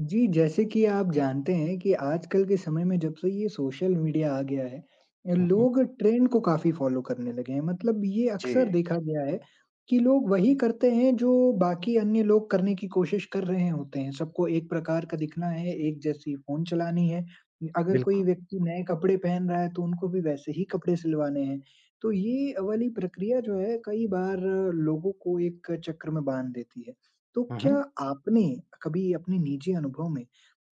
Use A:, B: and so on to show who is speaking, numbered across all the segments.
A: जी, जैसे कि आप जानते हैं कि आजकल के समय में जब से ये सोशल मीडिया आ गया है,
B: हुँ, हुँ।
A: लोग ट्रेंड को काफ़ी फ़ॉलो करने लगे हैं। मतलब ये अक्सर
B: जी,
A: देखा गया है कि लोग वही करते हैं जो बाकी अन्य लोग करने की कोशिश कर रहे होते हैं। सबको एक प्रकार का दिखना है, एक जैसी फ़ोन चलानी है। अगर कोई
B: बिल्कुल।
A: व्यक्ति नए कपड़े पहन रहा है तो उनको भी वैसे ही कपड़े सिलवाने हैं। तो ये वाली प्रक्रिया जो है कई बार लोगों को एक चक्र में बाँध देती है। तो
B: हुँ,
A: क्या
B: हुँ।
A: आपने कभी अपने निजी अनुभव में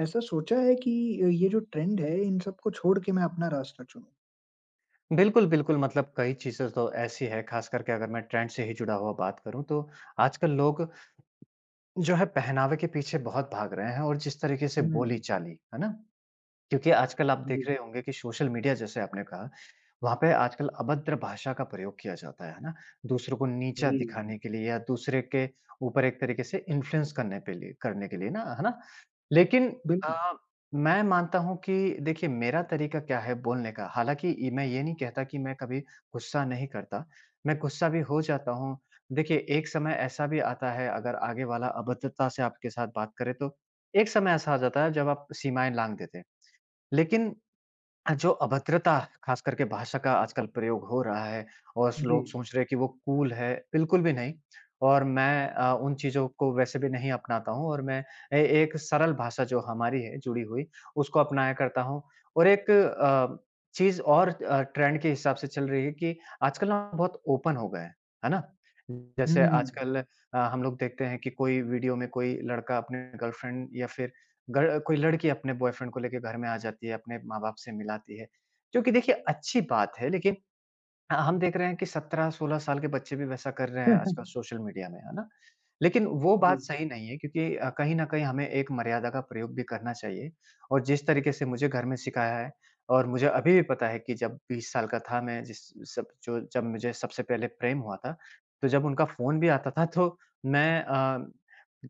A: ऐसा सोचा है कि ये जो ट्रेंड है इन सबको छोड़ के मैं अपना रास्ता चुनूँ?
B: बिल्कुल, बिल्कुल कई चीज़ें तो ऐसी है ख़ास करके अगर मैं ट्रेंड से ही जुड़ा हुआ बात करूँ तो आजकल लोग जो है पहनावे के पीछे बहुत भाग रहे हैं और जिस तरीके से
A: हुँ,
B: बोली-चाली, है ना? क्योंकि आजकल आप
A: जी,
B: देख रहे होंगे कि सोशल मीडिया जैसे आपने कहा, वहाँ पे आजकल अभद्र भाषा का प्रयोग किया जाता है ना? दूसरों को नीचा
A: जी,
B: दिखाने के लिए या दूसरे के ऊपर एक तरीके से इन्फ्लुएंस करने पे लिए करने के लिए ना, है ना? लेकिन अ,
A: बिल्कुल,
B: मैं मानता हूँ कि देखिए मेरा तरीका क्या है बोलने का, हालाँकि ये मैं ये नहीं कहता कि मैं कभी गुस्सा नहीं करता, मैं गुस्सा भी हो जाता हूँ। देखिए एक समय ऐसा भी आता है अगर आगे वाला अभद्रता से आपके साथ बात करे तो, एक समय ऐसा आ जाता है जब आप सीमाएँ लाँघ देते हैं। लेकिन जो अभद्रता ख़ास करके भाषा का आजकल प्रयोग हो रहा है और स
A: जी,
B: लोग सोच रहे हैं कि वो कूल है, बिल्कुल भी नहीं। और मैं उन चीज़ों को वैसे भी नहीं अपनाता हूँ और मैं ए एक सरल भाषा जो हमारी है जुड़ी हुई, उसको अपनाया करता हूँ और एक चीज़ और ट्रेंड के हिसाब से चल रही है कि आजकल ना बहुत ओपन हो गए हैं, है ना? जैसे
A: हुँ।
B: आजकल हम लोग देखते हैं कि कोई वीडियो में कोई लड़का अपने गर्लफ्रेंड या फिर ग कोई लड़की अपने बॉयफ्रेंड को लेके घर में आ जाती है, अपने माँ-बाप से मिलाती है, जो कि देखिए अच्छी बात है लेकिन हाँ, हम देख रहे हैं कि 17-16 साल के बच्चे भी वैसा कर रहे हैं आजकल सोशल मीडिया में, है ना? लेकिन वो
A: जी,
B: बात सही नहीं है क्योंकि कहीं न कहीं हमें एक मर्यादा का प्रयोग भी करना चाहिए और जिस तरीके से मुझे घर में सिखाया है और मुझे अभी भी पता है कि जब 20 साल का था मैं जिस सब जो जब मुझे सबसे पहले प्रेम हुआ था, तो जब उनका फ़ोन भी आता था तो मैं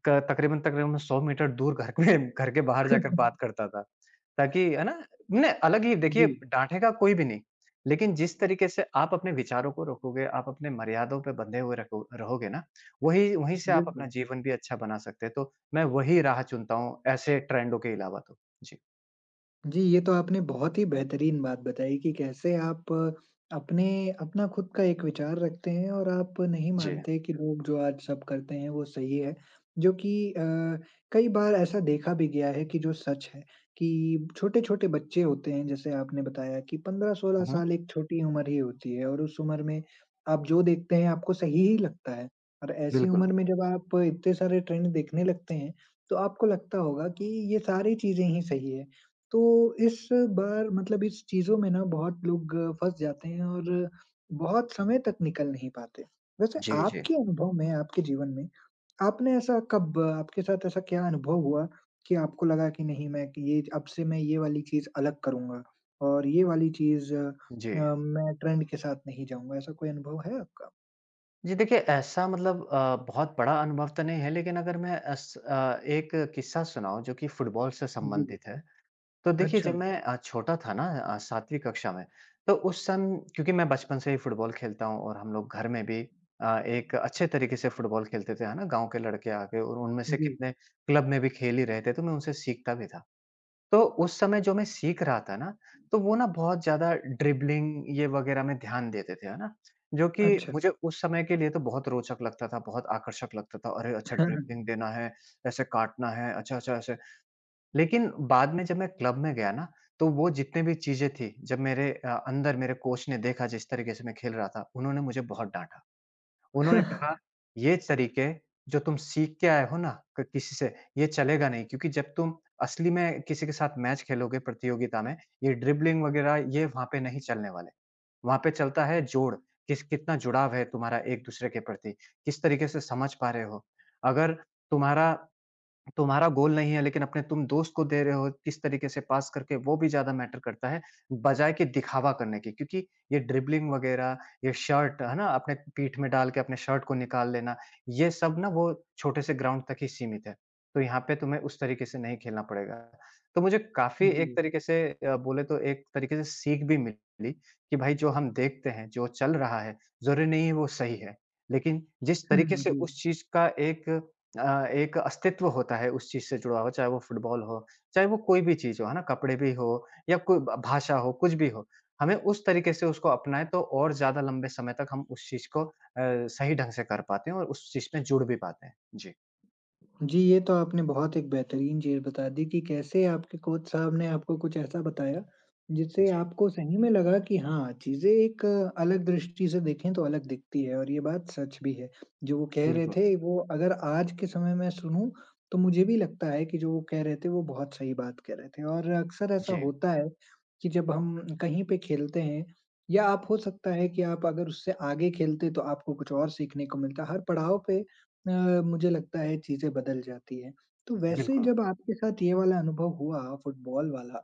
B: क तकरीबन-तकरीबन 100 मीटर दूर घर में घर के बाहर जाकर बात करता था, ताकि है ना? मैंने अलग ही देखिए
A: जी,
B: डाँटेगा कोई भी नहीं, लेकिन जिस तरीके से आप अपने विचारों को रखोगे, आप अपने मर्यादों पे बंधे हुए रखो रहोगे ना, वहीं से आप अपना
A: बिल्कुल।
B: जीवन भी अच्छा बना सकते हैं। तो मैं वही राह चुनता हूँ, ऐसे ट्रेंडों के अलावा तो। जी।
A: जी, ये तो आपने बहुत ही बेहतरीन बात बताई कि कैसे आप अपने अपना खुद का एक विचार रखते हैं और आप नहीं
B: जी।
A: मानते कि लोग जो आज सब करते हैं वो सही है। जो कि कई बार ऐसा देखा भी गया है कि जो सच है कि छोटे-छोटे बच्चे होते हैं जैसे आपने बताया कि 15-16
B: हुँ,
A: साल एक छोटी उम्र ही होती है और उस उम्र में आप जो देखते हैं आपको सही ही लगता है। और ऐसी
B: बिल्कुल।
A: उम्र में जब आप इतने सारे ट्रेंड देखने लगते हैं, तो आपको लगता होगा कि ये सारी चीज़ें ही सही है। तो इस बार मतलब इस चीज़ों में ना बहुत लोग फँस जाते हैं और बहुत समय तक निकल नहीं पाते। वैसे
B: जी, जी।
A: आपके अनुभव में, आपके जीवन में, आपने ऐसा कब आपके साथ ऐसा क्या अनुभव हुआ कि आपको लगा कि नहीं मैं कि ये अब से मैं ये वाली चीज़ अलग करूँगा और ये वाली चीज़
B: जी।
A: मैं ट्रेंड के साथ नहीं जाऊँगा, ऐसा कोई अनुभव है आपका?
B: जी, देखिए ऐसा बहुत बड़ा अनुभव तो नहीं है लेकिन अगर मैं अस एक किस्सा सुनाऊँ जो कि फुटबॉल से
A: जी।
B: संबंधित है। तो देखिए
A: अच्छा।
B: जब मैं छोटा था ना 7वीं कक्षा में, तो उस सम क्योंकि मैं बचपन से ही फुटबॉल खेलता हूँ और हम लोग घर में भी एक अच्छे तरीके से फुटबॉल खेलते थे, है ना? गाँव के लड़के आके और उनमें से
A: जी।
B: कितने क्लब में भी खेल ही रहे थे, तो मैं उनसे सीखता भी था। तो उस समय जो मैं सीख रहा था ना, तो वो ना बहुत ज़्यादा ड्रिबलिंग ये वगैरह में ध्यान देते थे, है ना? जो कि
A: अच्छा।
B: मुझे उस समय के लिए तो बहुत रोचक लगता था, बहुत आकर्षक लगता था। अरे! अच्छा ड्रिबलिंग देना है, ऐसे काटना है, अच्छा-अच्छा ऐसे लेकिन बाद में जब मैं क्लब में गया ना, तो वो जितने भी चीज़ें थी, जब मेरे अ, अंदर मेरे कोच ने देखा जिस तरीके से मैं खेल रहा था, उन्होंने मुझे बहुत डाँटा। उन्होंने कहा, "ये तरीके जो तुम सीख के आए हो ना क किसी से, ये चलेगा नहीं क्योंकि जब तुम असली में किसी के साथ मैच खेलोगे प्रतियोगिता में, ये ड्रिबलिंग वग़ैरह ये वहाँ पे नहीं चलने वाले। वहाँ पे चलता है जोड़, किस कितना जुड़ाव है तुम्हारा एक-दूसरे के प्रति, किस तरीके से समझ पा रहे हो। अगर तुम्हारा तुम्हारा गोल नहीं है लेकिन अपने तुम दोस्त को दे रहे हो किस तरीके से पास करके वो भी ज़्यादा मैटर करता है, बजाए कि दिखावा करने के। क्योंकि ये ड्रिबलिंग वग़ैरह, ये शर्ट है ना अपने पीठ में डाल के अपने शर्ट को निकाल लेना, ये सब ना वो छोटे से ग्राउंड तक ही सीमित है। तो यहाँ पे तुम्हें उस तरीके से नहीं खेलना पड़ेगा। तो मुझे काफ़ी एक
A: जी।
B: तरीके से बोले तो एक तरीके से सीख भी मिली कि भाई जो हम देखते हैं, जो चल रहा है, ज़रूरी नहीं है वो सही है। लेकिन जिस तरीके
A: जी।
B: से
A: जी।
B: उस चीज़ का एक अस्तित्व होता है उस चीज़ से जुड़ा हुआ, चाहे वो फुटबॉल हो, चाहे वो कोई भी चीज़ हो, है ना? कपड़े भी हो या कोई ब भाषा हो, कुछ भी हो। हमें उस तरीके से उसको अपनाएँ तो और ज़्यादा लंबे समय तक हम उस चीज़ को सही ढंग से कर पाते हैं और उस चीज़ में जुड़ भी पाते हैं। जी,
A: जी, ये तो आपने बहुत एक बेहतरीन चीज़ बता दी कि कैसे आपके कोच साहब ने आपको कुछ ऐसा बताया, जिससे
B: जी।
A: आपको सही में लगा कि हाँ, चीज़ें एक अलग दृष्टि से देखें तो अलग दिखती है और ये बात सच भी है। जो वो कह रहे
B: बिल्कुल।
A: थे वो अगर आज के समय में सुनूँ, तो मुझे भी लगता है कि जो वो कह रहे थे वो बहुत सही बात कह रहे थे और अक्सर ऐसा
B: जी,
A: होता है, कि जब हम कहीं पे खेलते हैं या आप हो सकता है कि आप अगर उससे आगे खेलते तो आपको कुछ और सीखने को मिलता। हर पड़ाव पे मुझे लगता है चीज़ें बदल जाती हैं। तो वैसे
B: बिल्कुल।
A: जब आपके साथ ये वाला अनुभव हुआ फुटबॉल वाला,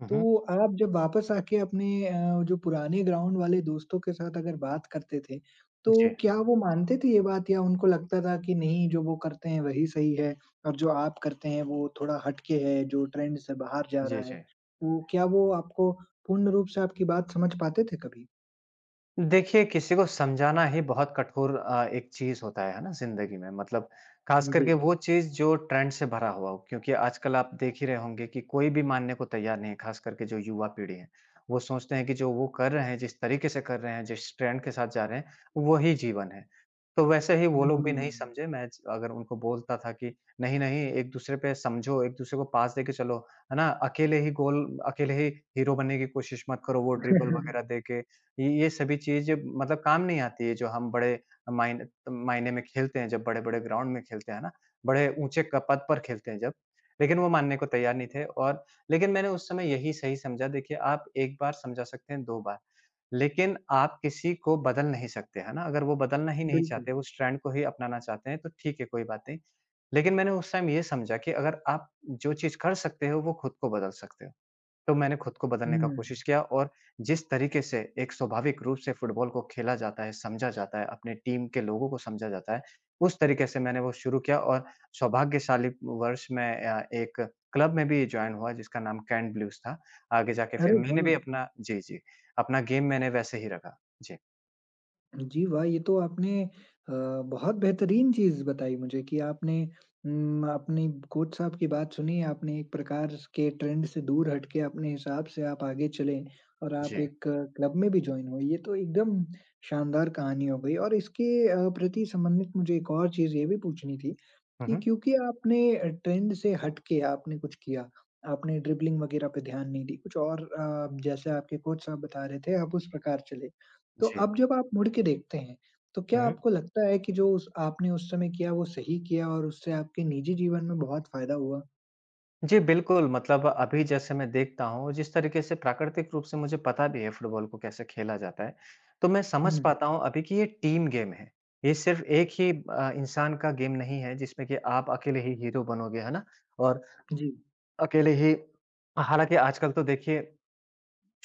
B: हुँ, हुँ।
A: तो आप जब वापस आके अपने जो पुराने ग्राउंड वाले दोस्तों के साथ अगर बात करते थे, तो
B: जी,
A: क्या वो मानते थे ये बात या उनको लगता था कि नहीं जो वो करते हैं वही सही है और जो आप करते हैं वो थोड़ा हट के है, जो ट्रेंड से बाहर जा
B: जी,
A: रहा है?
B: जी।
A: वो आपको पूर्ण रूप से आपकी बात समझ पाते थे कभी?
B: देखिए, किसी को समझाना ही बहुत कठोर एक चीज़ होता है ना, ज़िंदगी में ख़ास
A: जी।
B: करके वो चीज़ जो ट्रेंड से भरा हुआ हो, क्योंकि आजकल आप देख ही रहे होंगे कि कोई भी मानने को तैयार नहीं है, ख़ास करके जो युवा पीढ़ी है। वो सोचते हैं कि जो वो कर रहे हैं, जिस तरीके से कर रहे हैं, जिस ट्रेंड के साथ जा रहे हैं, वही जीवन है। तो वैसे ही वो लोग
A: हुँ।
B: भी नहीं समझे, मैं ज अगर उनको बोलता था कि नहीं, नहीं एक-दूसरे पे समझो, एक-दूसरे को पास देके चलो, है ना? अकेले ही हीरो बनने की कोशिश मत करो, वो ड्रिबल वग़ैरह देके ये सभी चीज़ मतलब काम नहीं आती है जो हम बड़े मायने मायने में खेलते हैं जब बड़े-बड़े ग्राउंड में खेलते हैं ना, बड़े ऊँचे क पद पर खेलते हैं जब। लेकिन वो मानने को तैयार नहीं थे और लेकिन मैंने उस समय यही सही समझा देखिए आप एक बार समझा सकते हैं, दो बार, लेकिन आप किसी को बदल नहीं सकते, है ना? अगर वो बदलना ही नहीं
A: बिल्कुल।
B: चाहते, उस ट्रेंड को ही अपनाना चाहते हैं तो ठीक है कोई बात नहीं। लेकिन मैंने उस टाइम ये समझा कि अगर आप जो चीज़ कर सकते हो वो खुद को बदल सकते हो। तो मैंने खुद को बदलने का
A: हुँ।
B: कोशिश किया और जिस तरीके से एक स्वाभाविक रूप से फुटबॉल को खेला जाता है, समझा जाता है, अपने टीम के लोगों को समझा जाता है, उस तरीके से मैंने वो शुरू किया और सौभाग्यशाली वर्ष मैं एक क्लब में भी जॉइन हुआ जिसका नाम कैंट ब्लूज़ था। आगे जाके फिर
A: अरे
B: मैंने
A: वाह!
B: भी अपना जी, जी, अपना गेम मैंने वैसे ही रखा। जी,
A: जी, वाह! ये तो आपने अ, बहुत बेहतरीन चीज़ बताई मुझे कि आपने अपनी कोच साहब की बात सुनी, आपने एक प्रकार स के ट्रेंड से दूर हट के अपने हिसाब से आप आगे चले और आप
B: जी।
A: एक क्लब में भी जॉइन हुए। ये तो एकदम शानदार कहानी हो गई और इसके प्रति संबंधित मुझे एक और चीज़ ये भी पूछनी थी
B: हुँ,
A: कि
B: हुँ।
A: क्योंकि आपने ट्रेंड से हट के आपने कुछ किया, आपने ड्रिबलिंग वगैरह पे ध्यान नहीं दी, कुछ और जैसे आपके कोच साहब बता रहे थे, आप उस प्रकार चले। तो
B: जी।
A: अब जब आप मुड़ के देखते हैं, तो क्या
B: हुँ।
A: आपको लगता है कि जो उस आपने उस समय किया वो सही किया और उससे आपके निजी जीवन में बहुत फ़ायदा हुआ?
B: जी, बिल्कुल, मतलब अभी जैसे मैं देखता हूँ, जिस तरीके से प्राकृतिक रूप से मुझे पता भी है फुटबॉल को कैसे खेला जाता है, तो मैं समझ
A: हुँ,
B: पाता हूँ अभी कि ये टीम गेम है। ये सिर्फ़ एक ही इंसान का गेम नहीं है जिसमें कि आप अकेले ही हीरो बनोगे, है ना? और
A: जी।
B: अकेले ही हालाँकि आजकल तो देखिए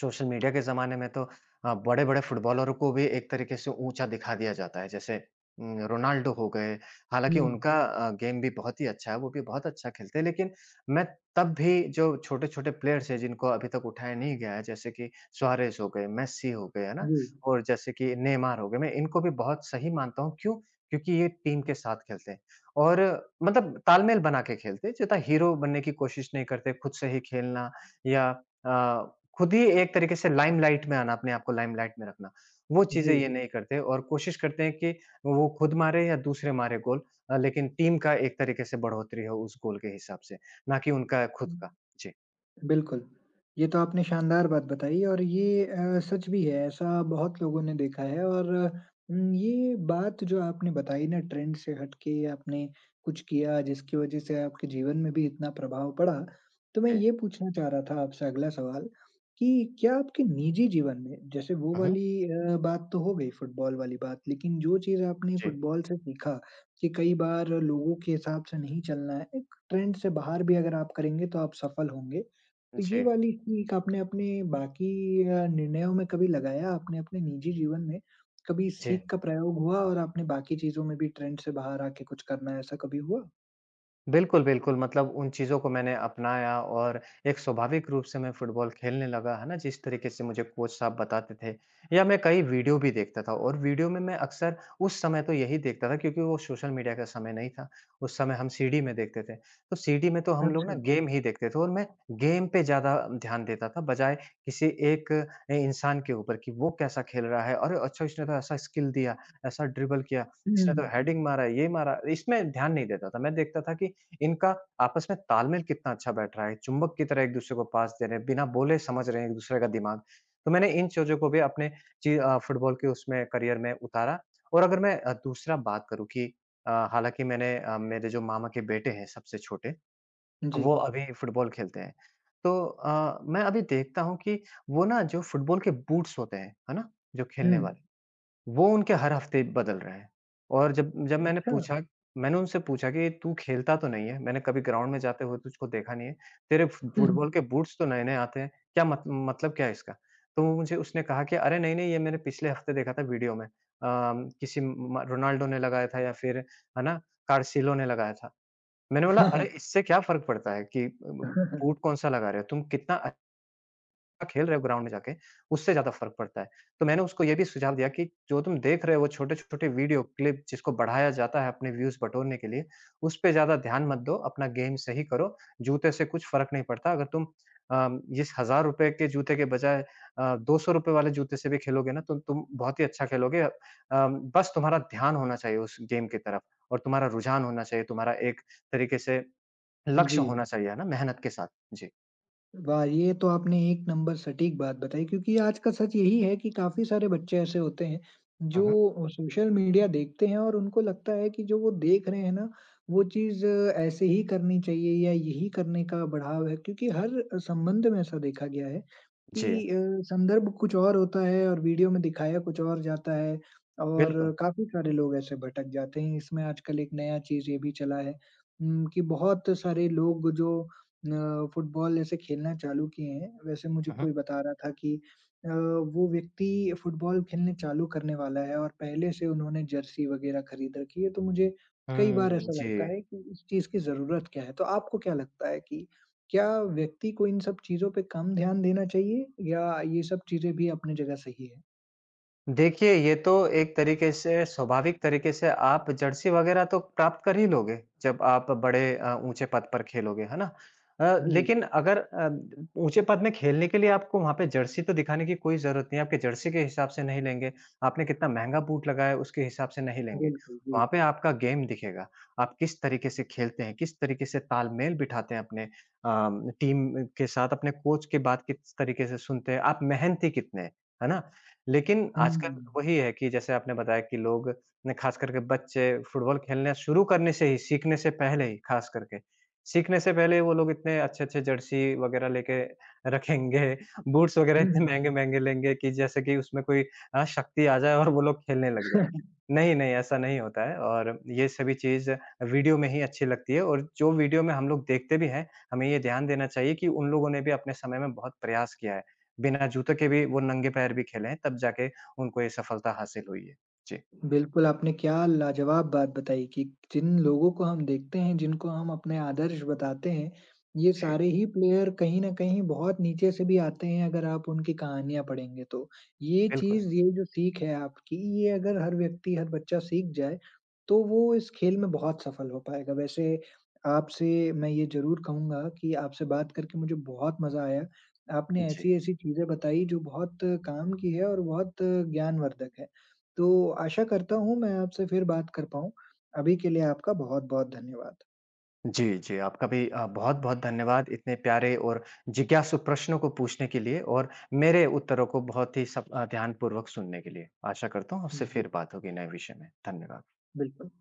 B: सोशल मीडिया के ज़माने में तो बड़े-बड़े फुटबॉलरों को भी एक तरीके से ऊँचा दिखा दिया जाता है। जैसे रोनाल्डो हो गए, हालाँकि
A: हुँ,
B: उनका गेम भी बहुत ही अच्छा है, वो भी बहुत अच्छा खेलते हैं। लेकिन मैं तब भी जो छोटे-छोटे प्लेयर्स हैं, जिनको अभी तक उठाया नहीं गया है, जैसे कि सुआरेज़ हो गए, मेस्सी हो गए, है ना?
A: जी,
B: और जैसे कि नेमार हो गए, मैं इनको भी बहुत सही मानता हूँ। क्यों? क्योंकि ये टीम के साथ खेलते हैं और मतलब तालमेल बना के खेलते हैं, ज़्यादा हीरो बनने की कोशिश नहीं करते, खुद से ही खेलना या खुद ही एक तरीके से लाइमलाइट में आना, अपने आप को लाइमलाइट में रखना, वो चीज़ें
A: जी।
B: ये नहीं करते और कोशिश करते हैं कि वो खुद मारे या दूसरे मारे गोल लेकिन टीम का एक तरीके से बढ़ोतरी हो उस गोल के हिसाब से, ना कि उनका खुद का। जी,
A: बिल्कुल। ये तो आपने शानदार बात बताई और ये सच भी है, ऐसा बहुत लोगों ने देखा है और ये बात जो आपने बताई ना ट्रेंड से हट के आपने कुछ किया जिसकी वज़ह से आपके जीवन में भी इतना प्रभाव पड़ा। तो मैं
B: जी।
A: ये पूछना चाह रहा था आपसे अगला सवाल कि क्या आपके निजी जीवन में जैसे वो
B: हुँ, हुँ।
A: वाली बात तो हो गई फुटबॉल वाली बात, लेकिन जो चीज़ आपने
B: जी,
A: फुटबॉल से सीखा कि कई बार लोगों के हिसाब से नहीं चलना है, एक ट्रेंड से बाहर भी अगर आप करेंगे तो आप सफल होंगे। तो ये
B: जी,
A: वाली ट्रिक आपने अपने बाकी निर्णयों में कभी लगाया? आपने अपने निजी जीवन में कभी इस
B: जी।
A: सीख का प्रयोग हुआ और आपने बाकी चीज़ों में भी ट्रेंड से बाहर आके कुछ करना, ऐसा कभी हुआ?
B: बिल्कुल, बिल्कुल। मतलब उन चीज़ों को मैंने अपनाया और एक स्वाभाविक रूप से मैं फुटबॉल खेलने लगा, है ना? जिस तरीके से मुझे कोच साहब बताते थे या मैं कई वीडियो भी देखता था और वीडियो में मैं अक्सर उस समय तो यही देखता था क्योंकि वो सोशल मीडिया का समय नहीं था। उस समय हम सीडी में देखते थे। तो सीडी में तो हम लोग ना
A: अच्छा।
B: गेम ही देखते थे और मैं गेम पे ज़्यादा ध्यान देता था बजाए किसी एक इंसान के ऊपर कि वो कैसा खेल रहा है। अरे! अच्छा, इसने तो ऐसा स्किल दिया, ऐसा ड्रिबल किया,
A: हुँ।
B: इसने तो हेडिंग मारा, ये मारा। इसमें ध्यान नहीं देता था। मैं देखता था कि इनका आपस में तालमेल कितना अच्छा बैठ रहा है, चुंबक की तरह एक-दूसरे को पास दे रहे हैं, बिना बोले समझ रहे हैं एक-दूसरे का दिमाग। तो मैंने इन चीज़ों को भी अपने फुटबॉल के उसमें करियर में उतारा। और अगर मैं दूसरा बात करूँ कि हालाँकि मेरे जो मामा के बेटे हैं सबसे छोटे,
A: जी।
B: वो अभी फुटबॉल खेलते हैं। तो मैं अभी देखता हूँ कि वो ना जो फुटबॉल के बूट्स होते हैं, है ना? जो
A: हुँ।
B: खेलने वाले वो उनके हर हफ्ते बदल रहा है। और जब जब
A: अच्छा।
B: मैंने उनसे पूछा कि तू खेलता तो नहीं है? मैंने कभी ग्राउंड में जाते हुए तुझको देखा नहीं है। तेरे फ फुटबॉल के बूट्स तो नए-नए आते हैं। क्या मत मतलब क्या है इसका? तो वो मुझे उसने कहा कि अरे नहीं, नहीं, ये मैंने पिछले हफ्ते देखा था वीडियो में। किसी म रोनाल्डो ने लगाया था या फिर, है ना, कार्सिलो ने लगाया था। मैंने बोला, अरे इससे क्या फ़र्क पड़ता है कि बूट कौन-सा लगा रहे हो? तुम कितना खेल रहे हो ग्राउंड में जाके, उससे ज़्यादा फ़र्क पड़ता है। तो मैंने उसको ये भी सुझाव दिया कि जो तुम देख रहे हो छोटे-छोटे वीडियो क्लिप, जिसको बढ़ाया जाता है अपने व्यूज़ बटोरने के लिए, उस पे ज़्यादा ध्यान मत दो, अपना गेम सही करो, जूते से कुछ फ़र्क नहीं पड़ता। अगर तुम अ, इस ₹1,000 के जूते के बजाय ₹200 वाले जूते से भी खेलोगे ना तो तुम बहुत ही अच्छा खेलोगे। बस तुम्हारा ध्यान होना चाहिए उस गेम की तरफ और तुम्हारा रुझान होना चाहिए, तुम्हारा एक तरीके से लक्ष्य
A: जी।
B: होना चाहिए, है ना, मेहनत के साथ। जी।
A: वाह! ये तो आपने एक नंबर सटीक बात बताई क्योंकि आज का सच यही है कि काफ़ी सारे बच्चे ऐसे होते हैं,
B: हुँ,
A: जो
B: हुँ।
A: सोशल मीडिया देखते हैं और उनको लगता है कि जो वो देख रहे हैं ना, वो चीज़ ऐसे ही करनी चाहिए या यही करने का बढ़ाव है क्योंकि हर संबंध में ऐसा देखा गया है
B: जी,
A: कि संदर्भ कुछ और होता है और वीडियो में दिखाया कुछ और जाता है और
B: बिल्कुल।
A: काफ़ी सारे लोग ऐसे भटक जाते हैं। इसमें आजकल एक नया चीज़ ये भी चला है कि बहुत सारे लोग जो फुटबॉल ऐसे खेलना चालू किए हैं, वैसे मुझे
B: हुँ, हुँ।
A: कोई बता रहा था कि अ, वो व्यक्ति फुटबॉल खेलने चालू करने वाला है और पहले से उन्होंने जर्सी वगैरह खरीद रखी है, तो मुझे कई बार
B: हुँ,
A: ऐसा लगता
B: जी।
A: है कि इस चीज़ की ज़रूरत क्या है? तो आपको क्या लगता है कि क्या व्यक्ति को इन सब चीज़ों पे कम ध्यान देना चाहिए या ये सब चीज़ें भी अपनी जगह सही है?
B: देखिए, ये तो एक तरीके से स्वाभाविक तरीके से आप जर्सी वगैरह तो प्राप्त कर ही लोगे, जब आप बड़े ऊँचे पद पर खेलोगे, है ना?
A: जी,
B: लेकिन अगर ऊँचे पद में खेलने के लिए, आपको वहाँ पे जर्सी तो दिखाने की कोई ज़रूरत नहीं है, आपके जर्सी के हिसाब से नहीं लेंगे, आपने कितना महँगा बूट लगाया है, उसके हिसाब से नहीं लेंगे।
A: बिल्कुल, जी।
B: वहाँ पे आपका गेम दिखेगा, आप किस तरीके से खेलते हैं, किस तरीके से तालमेल बिठाते हैं अपने टीम के साथ, अपने कोच के बात किस तरीके से सुनते हैं, आप मेहनती कितने हैं, है ना? लेकिन
A: हुँ।
B: आजकल वही है कि जैसे आपने बताया कि लोग ने, खास करके बच्चे, फुटबॉल खेलना शुरू करने से ही, सीखने से पहले ही खास करके, सीखने से पहले ही वो लोग इतने अच्छे-अच्छे जर्सी वगैरह लेके रखेंगे, बूट्स वगैरह इतने महँगे-महँगे लेंगे कि जैसे कि उसमें कोई शक्ति आ जाए और वो लोग खेलने लग जाएँ। नहीं, नहीं, ऐसा नहीं होता है और ये सभी चीज़ वीडियो में ही अच्छी लगती है, और जो वीडियो में हम लोग देखते भी हैं, हमें ये ध्यान देना चाहिए कि उन लोगों ने भी अपने समय में बहुत प्रयास किया है। बिना जूते के भी, वो नंगे पैर भी खेले हैं, तब जाके उनको ये सफलता हासिल हुई है। जी,
A: बिल्कुल, आपने क्या लाजवाब बात बताई कि जिन लोगों को हम देखते हैं, जिनको हम अपने आदर्श बताते हैं, ये
B: जी,
A: सारे ही प्लेयर कहीं न कहीं बहुत नीचे से भी आते हैं अगर आप उनकी कहानियाँ पढ़ेंगे तो। ये
B: बिल्कुल।
A: चीज़, ये जो सीख है आपकी, ये अगर हर व्यक्ति, हर बच्चा सीख जाए, तो वो इस खेल में बहुत सफल हो पाएगा। वैसे आपसे मैं ये ज़रूर कहूँगा कि आपसे बात करके मुझे बहुत मज़ा आया। आपने
B: जी।
A: ऐसी-ऐसी चीज़ें बताई जो बहुत काम की है और बहुत ज्ञानवर्धक है। तो आशा करता हूँ मैं आपसे फिर बात कर पाऊँ। अभी के लिए आपका बहुत-बहुत धन्यवाद।
B: जी, जी, आपका भी बहुत-बहुत धन्यवाद इतने प्यारे और जिज्ञासु प्रश्नों को पूछने के लिए और मेरे उत्तरों को बहुत ही सब ध्यानपूर्वक सुनने के लिए। आशा करता हूँ आपसे फिर
A: जी,
B: बात होगी नए विषय में। धन्यवाद।
A: बिल्कुल।